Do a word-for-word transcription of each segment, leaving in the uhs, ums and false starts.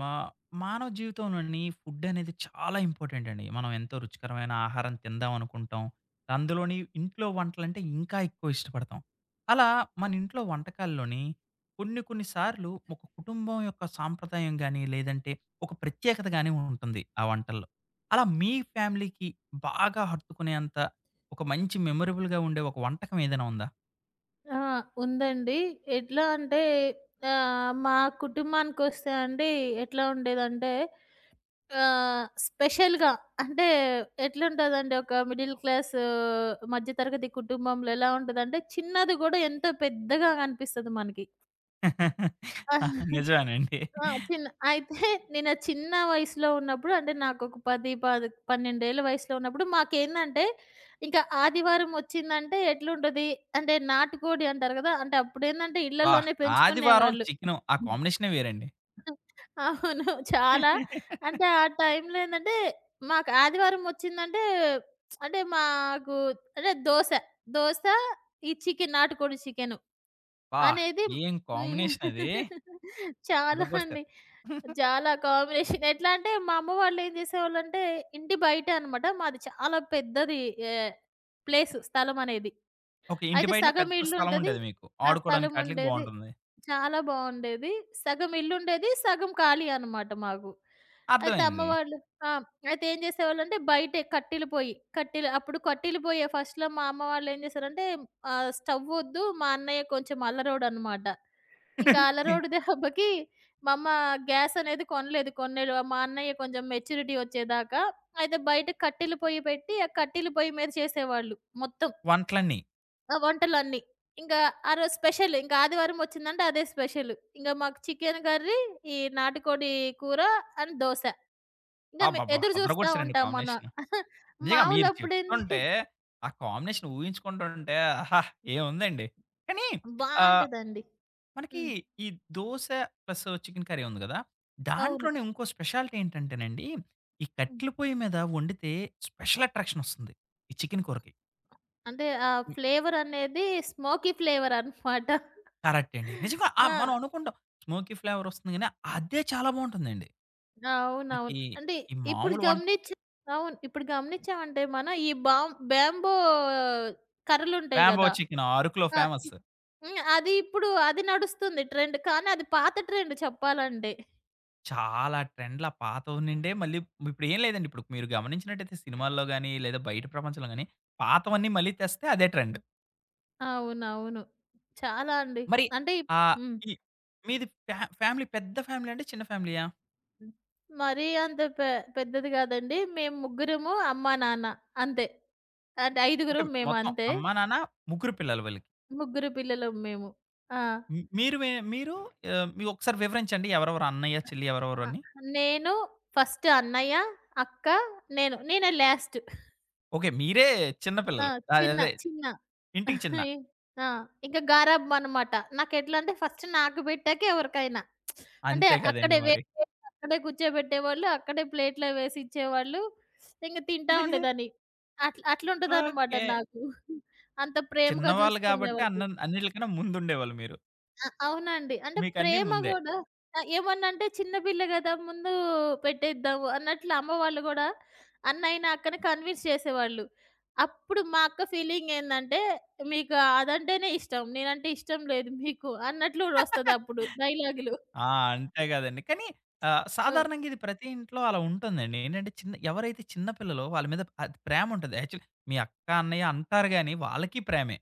మా మానవ జీవితంలోని ఫుడ్ అనేది చాలా ఇంపార్టెంట్ అండి. మనం ఎంతో రుచికరమైన ఆహారం తిందాం అనుకుంటాం. అందులోని ఇంట్లో వంటలంటే ఇంకా ఎక్కువ ఇష్టపడతాం. అలా మన ఇంట్లో వంటకాల్లోని కొన్ని కొన్ని సార్లు ఒక కుటుంబం యొక్క సాంప్రదాయం గాని, లేదంటే ఒక ప్రత్యేకత గాని ఉంటుంది ఆ వంటల్లో. అలా మీ ఫ్యామిలీకి బాగా హత్తుకునేంత ఒక మంచి మెమరబుల్‌గా ఉండే ఒక వంటకం ఏదైనా ఉందా? ఆ! ఉందండి. ఎట్లా అంటే ఆహ్, మా కుటుంబానికొస్తే అండి ఎట్లా ఉండేదంటే ఆహ్, స్పెషల్‌గా అంటే ఎట్లుంటదంటే ఒక మిడిల్ క్లాస్ మధ్య తరగతి కుటుంబంలో ఎలా ఉంటదంటే చిన్నది గూడా ఎంతో పెద్దగా కనిపిస్తది మనకి. ఆ! నిజమేనండి. ఆ! చిన్న అయితే నేను ఆ చిన్న వయసులో ఉన్నప్పుడు అంటే నాకొక 10, 10 పన్నెండు ఏళ్ల వయసులో ఉన్నప్పుడు మాకేందంటే, ఇంకా ఆదివారం వచ్చిందంటే ఎట్లుంటది అంటే నాటుకోడి అంటారు కదా! అంటే అప్పుడేందంటే వాహ్! ఇళ్లలోనే ఆదివారం పెంచుకునేవాళ్ళు. చికెను ఆ కాంబినేషనే వేరండి. అవును. చాలా అంటే ఆ టైంలో ఏందంటే మాకు ఆదివారం వచ్చిందంటే అంటే మాకు అంటే దోస, దోస ఈ చికెన్ నాటుకోడి చికెను. అబ్బా! అనేది హ్మ్. ఏం కాంబినేషన్ అది. చాలా చెదగ్గొడతారు. అండి. చాలా కాంబినేషన్. ఎట్లా అంటే మా అమ్మ వాళ్ళేం జేసేవాళ్ళంటే ఇంటి బయట అనమాట. మాది చాలా పెద్దది ఆహ్, ప్లేస్ స్థలమనేది. ఓకే. ఇంటి అయితే బయటన సగం పెద్ద స్థలం ఇల్లుంటది. ఉండేది మీకు. ఆ! ఆడుకోవడానికి ఆటిలకి స్థలముండేది. బావుంటుంది. చాలా బావుండేది. సగం ఇల్లుండేది. సగం ఖాళీ అనమాట మాకు. అయితే అమ్మ అర్థమైంది. వాళ్ళు ఆ! అయితే ఏం చేసేవాళ్ళంటే బయటే కట్టెల పొయ్యి. కట్టెలు అప్పుడు కట్టెల పొయ్యే ఫస్ట్‌లో మా అమ్మ వాళ్ళు ఏం చేశారంటే ఆహ్, స్టవ్ వద్దు మా అన్నయ్య కొంచెం అల్లరోడనమాట. ఇంకా అల్లరోడు దెబ్బకి మా అమ్మ గ్యాస్ అనేది కొనలేదు. కొనలేదు మా అన్నయ్య కొంచెం మెచ్యూరిటీ వచ్చేదాకా. అయితే బయట కట్టెల పొయ్యి పెట్టి ఆ కట్టెల పొయ్యి మీద చేసేవాళ్ళు మొత్తం. వంటలన్నీ. ఆ! వంటలన్నీ. ఇంకా ఆ రోజు స్పెషల్. ఇంకా ఆదివారం వచ్చిందంటే అదే స్పెషల్. ఇంక మాకు చికెన్ కర్రీ, ఈ నాటుకోడి కూర అండ్ దోస. ఇంక మే అబ్బబ్బా! ఎదురు జూస్తా అదరగొట్టేసారండి ఉంటాం మనం. కాంబినేషన్. నిజంగా మాములు మీరు అప్పుడేంది చెప్తుంటే ఆ కాంబినేషన్ ఊహించుకుంటుంటే ఆహా! ఏముందండి. కానీ ఆహ్, బావుంటదండి. మనకి హ్మ్. ఈ దోస ప్లస్ చికెన్ కర్రీ ఉంది గదా! అవును. దాంట్లోనే ఇంకో స్పెషాలిటీ ఏంటంటేనండి, ఈ హ్మ్. కట్టెల పొయ్యి మీద వండితే స్పెషల్ అట్రాక్షన్ వస్తుంది. ఈ చికెన్ కూరకి. అంటే ఆ ఫ్లేవర్ అనేది స్మోకీ ఫ్లేవర్ అనమాట. కరెక్ట్ అండి. నిజంగా ఆ! ఆహ్, మనం అనుకుంటాం స్మోకీ ఫ్లేవర్ వస్తుంది గానీ, అదే చాలా బావుంటుందండి. అవునవును. మనకి అంటే ఈ ఇప్పుడు మామూలు వన్ గమనించి అవును. ఇప్పుడు గమనిచ్చామంటే మనం ఈ బాం బ్యాంబో కర్రలుంటాయి రాంబో గదా! చికెన్ అరకులో ఆ! ఇ ఫేమస్. హ్మ్. అది ఇప్పుడు అది నడుస్తుంది ట్రెండ్. కానీ అది పాత ట్రెండ్ చెప్పాలంటే. చాలా ట్రెండ్‌లు ఆ పాతవి నుండే మళ్ళీ ఇప్పుడేం లేదండి. ఇప్పుడు మీరు గమనించినట్టయితే సినిమాల్లో గాని, లేదా బయట ప్రపంచంలో గాని పాతవన్నీ మళ్ళీ తెస్తే అదే ట్రెండ్. అవునవును. చాలా అండి. మరి అంటే ఇప్ ఆహ్, హ్మ్. ఈ మీది ఫ్యా ఫ్యామిలీ పెద్ద ఫ్యామిలీ అండి? చిన్న ఫ్యామిలీయా? హ్మ్. మరీ అంత పె పెద్దది కాదండి. మేము ముగ్గురము అమ్మా, నాన్న అంతే. అంటే ఓకే. ఐదుగురం మేము మొత్తం అంతే. అమ్మా, నాన్న ముగ్గురు పిల్లలు వీళ్ళకి. ముగ్గురు పిల్లలం మేము. ఆ! మీ- మీరు వే మీరు ఆహ్, ఒకసారి వివరించండి ఎవరెవరు అన్నయ్య, చెల్లి ఎవరెవరు ఆ! అని? నేను, ఫస్ట్ అన్నయ్య, అక్క, నేను. నేనే లాస్ట్. ఓకే. మీరే చిన్న ఆ! పిల్లలు. అదే చిన్న, అదే చిన్న. ఇంటికి చిన్న. ఆ! ఇంక గారాబం అనమాట. నాకెట్లా అంటే ఫస్ట్ నాకు పెట్టాకే ఎవరికైనా. అంటే అంతే కదండీ అక్కడే మరి. వేడి వేడి అక్కడే కూర్చోబెట్టేవాళ్ళు. అక్కడే ప్లేట్‌లో వేసి ఇచ్చేవాళ్ళు. ఇంక తింటా ఉండేదాన్ని. అట్లా అట్లుంటదనమాట ఓకే. నాకు. అంత ప్రేమగా చిన్నవాళ్ళు గాబట్టి చూసుకునేవాళ్ళు. అన్నన్ అన్నిట్లికన్నా ముందుండేవాళ్ళు మీరు. ఆ! అవునండి. అంటే మీకన్నీ ప్రేమ ముందే. గూడా ఆహ్, ఏమన్నంటే చిన్న పిల్ల గదా! ముందు పెట్టేద్దాము అన్నట్లు అమ్మ వాళ్ళు గూడా అన్నయ్యని, అక్కని కన్విన్స్ చేసేవాళ్ళు. అప్పుడు మా అక్క ఫీలింగ్ ఏందంటే, "మీకు అదంటేనే ఇష్టం. నేనంటే ఇష్టం లేదు మీకు" అన్నట్లు గూడా వస్తదప్పుడు డైలాగులు. ఆ! అంతే గదండీ. కానీ ఆహ్, ఆ! సాధారణంగా ఇది ప్రతి ఇంట్లో అలా ఉంటుందండి. ఏంటంటే చిన్న ఎవరైతే చిన్న పిల్లలో వాళ్ళ మీద అది ప్రేముంటది. యాక్చువల్లీ మీ అక్క, అన్నయ్య అంటారు గానీ వాళ్ళకి ప్రేమే.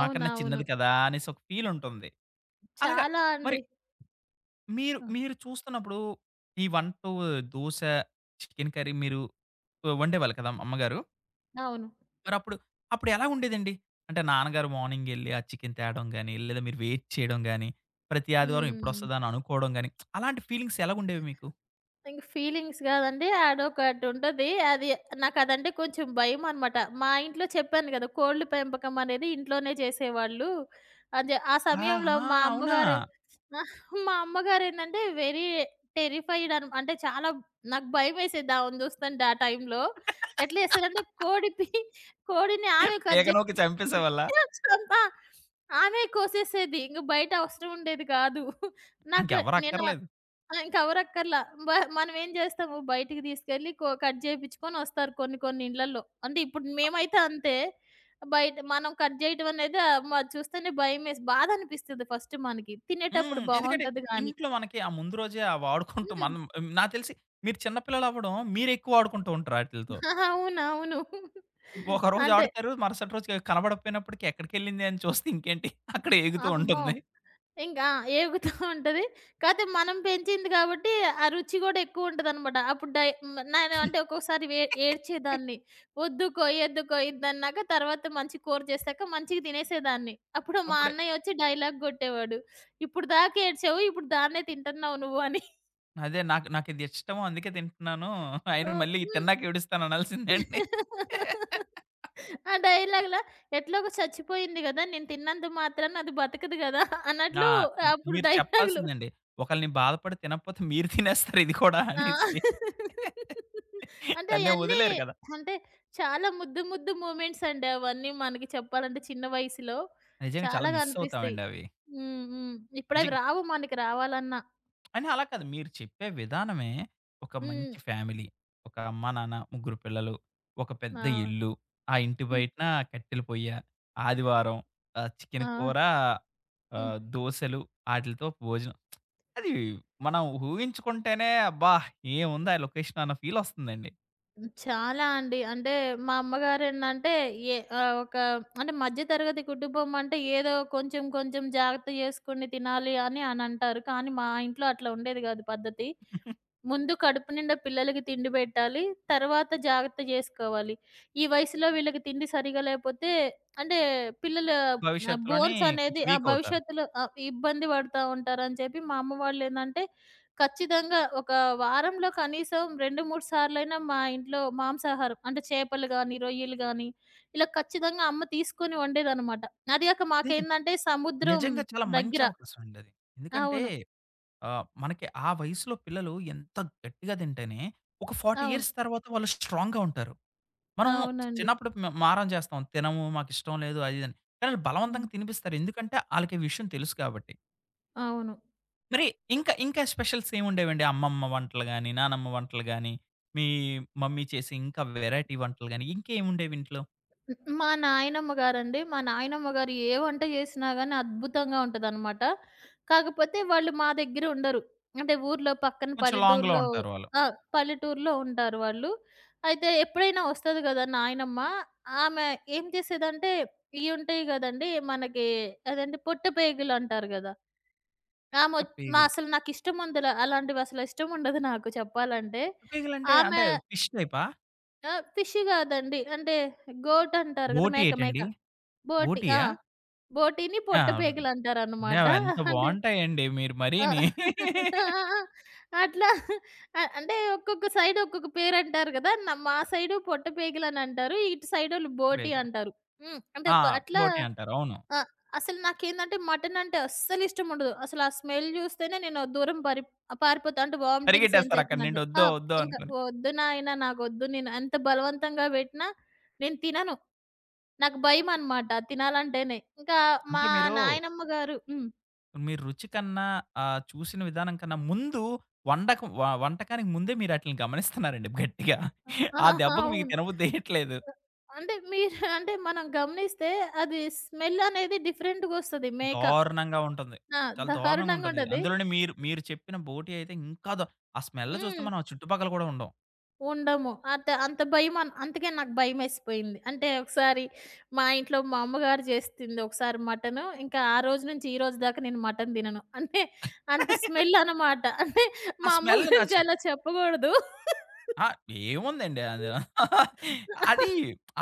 మాకన్నా చిన్నది కదా! అనేసి ఒక ఫీలుంటుంది. అలాగా చాలా మరి అండి. మీరు ఆ! మీరు చూస్తున్నప్పుడు ఈ ఒకటి, రెండు దోస, చికెన్ కర్రీ మీరు వండేవాళ్ళు కదా అమ్మగారు. అవును. మరప్పుడు అప్పుడు అప్పుడు ఎలా ఉండేదండి? అంటే నాన్నగారు మార్నింగ్ ఎళ్లి ఆ చికెన్ తేడం గాని, లేదా మీరు వెయిట్ చేయడం గాని, ప్రతి ఆదివారం హ్మ్. ఎప్పుడొస్తదా అని అనుకోవడం గాని, అలాంటి ఫీలింగ్స్ ఎలాగుండేవి మీకు? ఇంక ఫీలింగ్స్ గాదండి. అదొకటుంటది. అది నాకదంటే కొంచెం భయమనమాట. మా ఇంట్లో చెప్పాను గదా! కోళ్ళు పెంపకం అనేది ఇంట్లోనే చేసేవాళ్ళు. అదే ఆ సమయంలో ఆహా! మా అవునా? అమ్మగారే మా అమ్మగారేంటంటే వెరీ టెర్రిఫైడ్ అన్ అంటే చాలా నాకు భయమేసేది ఆమెను జూస్తుంటే ఆ టైంలో. ఎట్లా జేస్తదంటే కోడి పి కోడిని ఆమె కట్ ఈగ జేసి నూకి ఆ! చంపేసేవాళ్ళా? ఆమె కోసేసేది. ఇంక బయట అవసరం ఉండేది గాదు. నాకు ఇంకెవరు నేను అక్కర్లేదు. ఆ! కవర్ అక్కర్లా. బ మనం ఏం జేస్తాము బయటికి తీసుకెళ్ళి కో కట్ జేపించుకొని వస్తారు కొన్ని కొన్ని ఇండ్లల్లో. అంటే ఇప్పుడు మేమైతే అంతే. బయట మనం కట్ జేయటం అనేది ఆహ్, మ చూస్తేనే భయమేసి బాధనిపిస్తది ఫస్ట్ మనకి. తినేటప్పుడు హ్మ్. ఎందుకంటే బావుంటది గానీ. ఇంట్లో మనకి ఆ ముందు రోజే ఆ వాడుకుంటూ హ్మ్. మనం నాకు తెలిసి మీరు చిన్న పిల్లలవ్వడం మీరెక్కువ ఆడుకుంటూ ఉంటారు ఆటిలతో. అవునవును. ఒక రోజు అంతే. ఆడుతారు. మరుసటి రోజు కనబడకపోయినప్పటికి ఎక్కడికెళ్ళింది అని చూస్తే ఇంకేంటి అక్కడ ఎగుతూ అమ్మో! ఉంటుంది. ఇంకా ఏగుతా ఉంటది. కాతే మనం పెంచింది కాబట్టి, ఆ రుచి గూడా ఎక్కువుంటదనమాట. అప్పుడు డై హ్మ్. నేనంటే ఒక్కొక్కసారి వే ఏడ్చేదాన్ని. వద్దుకో, ఎద్దుకో ఇదన్నాక తర్వాత మంచి కూర చేశాక మంచిగా తినేసేదాన్ని. అప్పుడు మా అప్పుడు అన్నయ్య ఒచ్చి డైలాగ్ గొట్టేవాడు. "ఇప్పుడు దాకా ఏడ్చావు, ఇప్పుడు దాన్నే తింటన్నావు నువ్వు" అని. అదే నాకు నాకిది ఇష్టము. అందుకే తింటున్నాను. అయినా ఓహ్! మళ్ళీ హ్మ్. తిన్నాక ఏడుస్తాను అనాల్సిందండి. ఆ డైలాగ్‌ల ఎట్లాగో చచ్చిపోయింది గదా! నేను తిన్నంత మాత్రాన అది బతకదు గదా! ఆ! అన్నట్లు హ్మ్. అప్పుడు మీరు డైలాగులు. చెప్పాల్సిందండి. ఒకళ్ళని బాధపడి తినకపోతే మీరు తినేస్తారు ఇది కూడా ఆ! అనేసి. అంటే దాన్నేం అయన్నీ వదిలేరు కదా! అంటే చాలా ముద్దు ముద్దు మూమెంట్స్ అండి అవన్నీ మనకి చెప్పాలంటే చిన్న వయసులో నిజంగా చాలా చాలా మిస్ కనిపిస్తాయి. అవుతామండి అవి. హ్మ్. హ్మ్. ఇప్పుడవి నిజంగా రావు మనకి రావాలన్నా. అని అలా కాదు. మీరు చెప్పే విధానమే ఒక హ్మ్. మంచి ఫ్యామిలీ. ఒక అమ్మ, నాన్న, ముగ్గురు పిల్లలు, ఒక పెద్ద ఆ! ఇల్లు, ఆ ఇంటి హ్మ్. బయటన కట్టెల పొయ్య, ఆదివారం ఆహ్, చికెను ఆ! కూర, హ్మ్. ఆహ్, దోసెలు ఆటిలతో భోజనం. అది మనం ఊహించుకుంటేనే అబ్బా! ఏముంది హ్మ్. ఆ లొకేషన్ అన్న ఫీలొస్తుందండి. చాలా అండి. అంటే మా అమ్మగారేంటంటే ఏ ఆహ్, ఒక అంటే మధ్య తరగతి కుటుంబం అంటే ఏదో కొంచెం కొంచెం జాగ్రత్త చేసుకొని తినాలి అని అనంటారు. కానీ మా ఇంట్లో అట్లా ఉండేది కాదు పద్ధతి. ముందు కడుపు నిండా పిల్లలకి తిండి పెట్టాలి. తర్వాత జాగ్రత్త జేసుకోవాలి. ఈ వయసులో వీళ్ళకి తిండి సరిగా లేపోతే అంటే పిల్లల ఆహ్, భవిష్యత్తులోని బోన్స్ అనేది కొంచెం ఆ వీక్ అవుతారు. భవిష్యత్తులో ఆహ్, ఇబ్బంది పడతా ఉంటారని చెప్పి మా అమ్మ వాళ్ళేందంటే, ఖచ్చితంగా ఒక వారంలో కనీసం రెండు, మూడు సార్లైనా మా ఇంట్లో మాంసాహారం అంటే చేపలు గానీ, రొయ్యలు గానీ ఇలా ఖచ్చితంగా అమ్మ తీసుకొని వండేదనమాట. అది గాక లేదండి. మాకేందంటే సముద్రం నిజంగా చాలా మంచి దగ్గర. అవకాశం అండి అది. ఎందుకంటే అవును. ఆహ్, మనకి ఆ వయసులో పిల్లలు ఎంత గట్టిగా తింటేనే, ఒక నలభై అవును. ఇయర్స్ తర్వాత వాళ్ళు స్ట్రాంగ్‌గా ఉంటారు. మనం అవునండి. చిన్నప్పుడు మ మారం చేస్తాం. తినము, మాకిష్టం లేదు అది ఇదని. కానీ ఆళ్ళు హ్మ్. బలవంతంగా తినిపిస్తారు. ఎందుకంటే ఆళ్ళకి ఈ విషయం తెలుసు కాబట్టి. అవును. మరి ఇంకా, ఇంకా స్పెషల్స్ ఏముండేవండి? అమ్మమ్మ వంటలు గాని, నానమ్మ వంటలు గాని, మీ మమ్మీ చేసే ఇంకా వెరైటీ వంటలు గాని, ఇంకేముండేవి ఇంట్లో? మా నాయనమ్మ గారండి. మా నాయనమ్మ గారు ఏ వంట చేసినా గాని అద్భుతంగా ఉంటదనమాట. కాకపోతే వాళ్ళు మా దగ్గర ఉండరు. అంటే ఊర్లో పక్కన కొంచెం లాంగ్‌లో పల్లెటూరులో ఉంటారు వాళ్ళు. ఆ! పల్లెటూరులో ఉంటారు వాళ్ళు. అయితే ఎప్పుడైనా వస్తది గదా నాయనమ్మ. ఆమె ఏం చేసేదంటే ఇయుంటాయి గదండీ మనకి అదేంటి పొట్టపేగులు అంటారు గదా! ఆమొచ్ మా పేగులు. అసలు నాకిష్టముందుల అలాంటివి అసలు ఇష్టముండదు నాకు చెప్పాలంటే. పేగులంటే ఆమె అంటే అంటే ఫిష్ టైపా? ఆ! ఫిష్ గాదండి. అంటే గోట్ అంటారు గదా! బోటి మేక మేక. ఏటండి? బోటి. ఆ! బోటియా? బోటిని ఆ! పొట్ట అంటే పేకలంటారనమాట. అవెంత అంటే బావుంటాయండి. మీరు ఆ! మరీని ఆ! ఆ! అట్లా ఆహ్, అంటే ఒక్కొక్క సైడ్ ఒక్కొక్క పేరంటారు గదా! న మా సైడు పొట్ట పేకలనంటారు. ఇటు సైడోళ్ళు బోటి రేగులు. అంటారు. హ్మ్. అంటే ఆ! ఒక అట్లా బోటి అంటారు. అవును. ఆ! అసలు నాకేందంటే మటనంటే అస్సలిష్టముండదు. అసలు ఆ స్మెల్ జూస్తేనే నేను దూరం పరి పారిపోతా. అంటే వామిటింగ్ పరిగెట్టేస్తారు అక్కడి సెన్సేషన్ నుండి అంటారు. ఆ! వద్దో, వద్దో ఇంక అనుకోని. వద్దు నాయన నాకొద్దు. నేను ఎంత బలవంతంగా బెట్టినా నేను తినను. నాకు భయమనమాట తినాలంటేనే. ఇంకా అంటే మా మీరు, నాయనమ్మ గారు హ్మ్. మీ రుచి కన్నా ఆహ్, చూసిన విధానం కన్నా ముందు వండక వ వంటకానికి ముందే మీరు ఆటిలిని గమనిస్తున్నారండి గట్టిగా. ఆ! ఆ దెబ్బకు మీకు అవును. తినబుద్ధేయట్లేదు. అంటే మీరు అంటే మనం గమనిస్తే అది స్మెల్ అనేది డిఫరెంట్‌గొస్తది మేక. దారుణంగా ఉంటుంది. ఆ! చాలా దారుణంగా ఉంటుంది. దారుణంగుంటది. అందులోనే మీరు, మీరు చెప్పిన బోటి అయితే ఇంకా దా ఆ స్మెల్ చూస్తే హ్మ్. మనం ఆ చుట్టుపక్కల కూడా ఉండం. ఉండము. అత అంత భయమన్ అందుకే నాకు భయమేసిపోయింది. అంటే ఒకసారి మా ఇంట్లో మా అమ్మగారు చేస్తుంది ఒకసారి మటను. ఇంకా ఆ రోజు నుంచి ఈ రోజు దాకా నేను మటన్ తినను. అంటే అంత స్మెల్ అనమాట. అంటే ఆ మా అమ్మ స్మెల్ గురించి నచ్చదు. అలా చెప్పగూడదు. ఆ! ఏముందండి అందులో. అది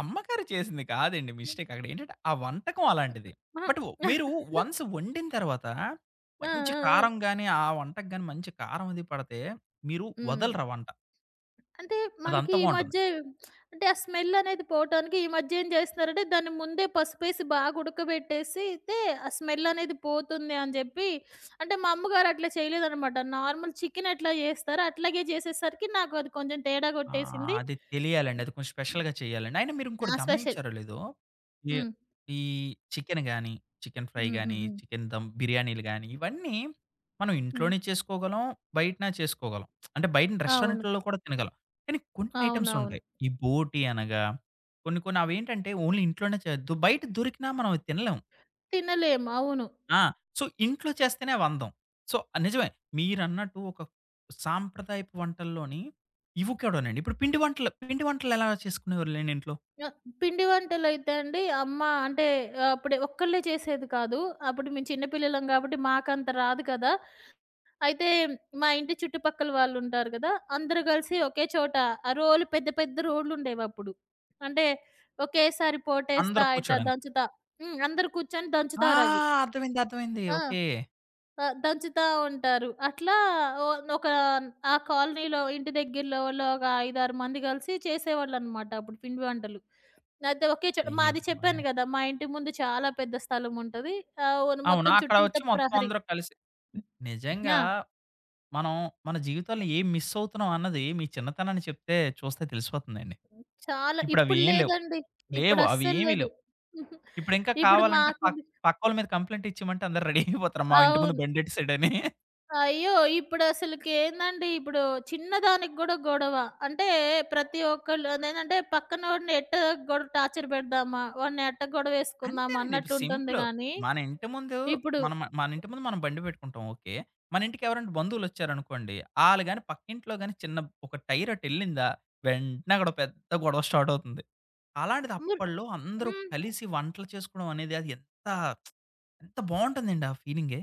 అమ్మగారు చేసింది కాదండి మిస్టేక్. అక్కడేంటంటే ఆ వంటకం అలాంటిది. అహా! బట్ మీరు వన్స్ వండిన తర్వాత ఆ! మంచి ఆ! ఆ! కారం గాని, ఆ వంటకి గాని మంచి కారం అది పడితే, మీరు హ్మ్. వదలరు ఆ వంట. అంటే అదంత మనకి ఈ బావుంటుంది. మధ్య అంటే ఆ స్మెల్ అనేది పోవటానికి ఈ మధ్య ఏం చేస్తున్నారంటే దాన్ని ముందే పసుపేసి బాగా ఉడకబెట్టేసితే ఆ స్మెల్ అనేది పోతుంది అని జెప్పి అంటే మా అమ్మగారు అట్లా చేయలేదనమాట. నార్మల్ చికెన్ ఎట్లా చేస్తారో అట్లాగే చేసేసరికి నాకు అది కొంచెం తేడా ఆ! కొట్టేసింది. అది తెలియాలండి. అది కొంచెం స్పెషల్‌గా చేయాలండి. అయినా మీరు నా ఇంకోటి స్పెషల్. గమనించారో లేదో, ఈ హ్మ్. ఈ చికెన్ గాని, చికెన్ ఫ్రై హ్మ్. హ్మ్. గాని, హ్మ్. చికెన్ దమ్ బిర్యానీలు గాని, ఇవన్నీ మనం హ్మ్. ఇంట్లోనే చేసుకోగలం, బయటన చేసుకోగలం. అంటే బయట అవును. రెస్టారెంట్‌లలో కూడా తినగలం. కానీ కొన్ని ఐటెమ్స్ అవునవును. ఉంటాయి. ఈ బోటి అనగా కొన్ని కొన్ని అవేంటంటే ఓన్లీ ఇంట్లోనే చేయొద్దు. బయట దొరికినా మనం అవి తినలేం. తినలేము. అవును. ఆ! సో, ఇంట్లో చేస్తేనే అవి అందం. సో, నిజమే. మీరన్నట్టు ఒక సాంప్రదాయపు వంటల్లోని ఇవి కూడానండి. ఇప్పుడు పిండి వంటలు, పిండి వంటలు ఎలా చేసుకునేవాళ్ళండి ఇంట్లో? ఆ! పిండి వంటలైతే అండి అమ్మ అంటే ఆహ్, అప్పుడే ఒక్కళ్ళే చేసేది కాదు. అప్పుడు మేము చిన్న పిల్లలం కాబట్టి మాకంత రాదు కదా! అయితే మా ఇంటి చుట్టుపక్కల వాళ్ళుంటారు కదా! అందరూ కలిసి ఒకే చోట ఆ రోలు పెద్ద పెద్ద రోలుండేవప్పుడు. అంటే ఒకేసారి అందరూ పోటేస్తా, ఇట్లా కూర్చోడానికి. దంచుతా హ్మ్. అందరూ కూర్చొని ఆ! దంచుతారవి. అర్థమైంది. అర్థమైంది. ఆ! ఓకే. ఆ! దంచుతా ఉంటారు. అట్లా ఓ ఒక ఆ కాలనీలో ఇంటి దగ్గరలో వాళ్ళు ఒక ఐదు, ఆరు మంది కలిసి చేసేవాళ్ళనమాట అప్పుడు పిండి వంటలు. అదే ఒకే చోట అయ్య మాది బాబోయ్! చెప్పాను గదా! మా ఇంటి ముందు చాలా పెద్ద స్థలం ఉంటది. ఆహ్, ఓన్ అవును. మొత్తం అక్కడ చుట్టూత వచ్చి మొత్తం ప్రహరీ. అందరూ కలిసి నిజంగా ఆ! మనం మన జీవితంలో ఏం మిస్ అవుతున్నాం అన్నది మీ చిన్నతనాన్ని చెప్తే చూస్తే తెలిసిపోతుందండి. చాలా ఇప్పుడవి ఇప్పుడు ఏం లేవు. లేదండి. ఇప్పుడు లేవు. అవి అస్సలు ఏమీ లేదు. లేవు. హుహు. ఇప్పుడింకా ఇప్పుడు కావాలంటే పక్ మాకుంది పక్కోళ్ళ మీద కంప్లెయింట్ ఇచ్చేయమంటే అందరూ రెడీ అయిపోతారు. మా ఇంటి ముందు అవును. బండెట్టేసాడని. అయ్యో! ఇప్పుడసలకేందండి ఇప్పుడు చిన్నదానికి గూడా గొడవ. అంటే ప్రతి ఒక్కళ్ళు అదేంటంటే పక్కనోడిని ఎట్ట గొడవ టార్చర్ పెడదామా? వాడిని ఎట్ట గొడవేసుకుందామా అంతేనండి. ఇప్పుడు అన్నట్లుంటుంది సింపులు. గానీ, మన ఇంటి ముందు ఇప్పుడు మనం మన ఇంటి ముందు మనం బండి పెట్టుకుంటాం ఓకే. మన ఇంటికి ఎవరైనా బంధువులొచ్చారనుకోండి, ఆళ్ళు గాని పక్కింట్లో గాని చిన్న ఒక టైర్ అటెళ్ళిందా, వెంటనే అక్కడ పెద్ద గొడవ స్టార్ట్ అవుతుంది. అలాంటిది మున్ అప్పట్లో అందరూ హ్మ్. కలిసి వంటలు చేసుకోవడం అనేది అది ఎంత ఎంత బావుంటుందండి ఆ ఫీలింగే.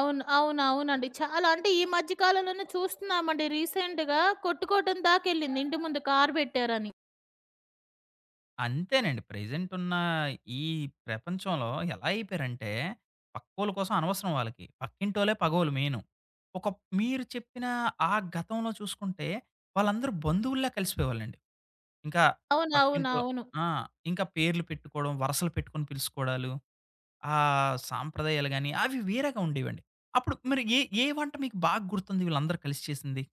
అవును. అవును. అవునండి. చాలా అంటే ఈ మధ్య కాలంలోనే చూస్తున్నామండి రీసెంట్‌గా కొట్టుకోవటం దాకెళ్ళింది ఇంటి ముందు కారు పెట్టారని. అంతేనండి. ప్రెజెంట్ ఉన్న ఈ ప్రపంచంలో ఎలా అయిపోయారంటే, పక్కోళ్ళ కోసం అనవసరం వాళ్ళకి. పక్కింటోళ్ళే పగోళ్ళు మెయిను. ఒక మీరు చెప్పిన ఆ గతంలో చూసుకుంటే, వాళ్ళందరూ బంధువుల్లా కలిసిపోయేవాళ్ళండి. ఇంకా పక్కింటో అవునవునవును. ఆ! ఇంకా పేర్లు పెట్టుకోవడం, వరసలు పెట్టుకొని పిలుచుకోవడాలు, ఆ సాంప్రదాయాలు గాని, అవి వేరేగా ఉండేవండి. అప్పుడు మరి ఏ, ఏ వంట మీకు బాగా గుర్తుంది వీళ్ళందరూ కలిసి చేసింది?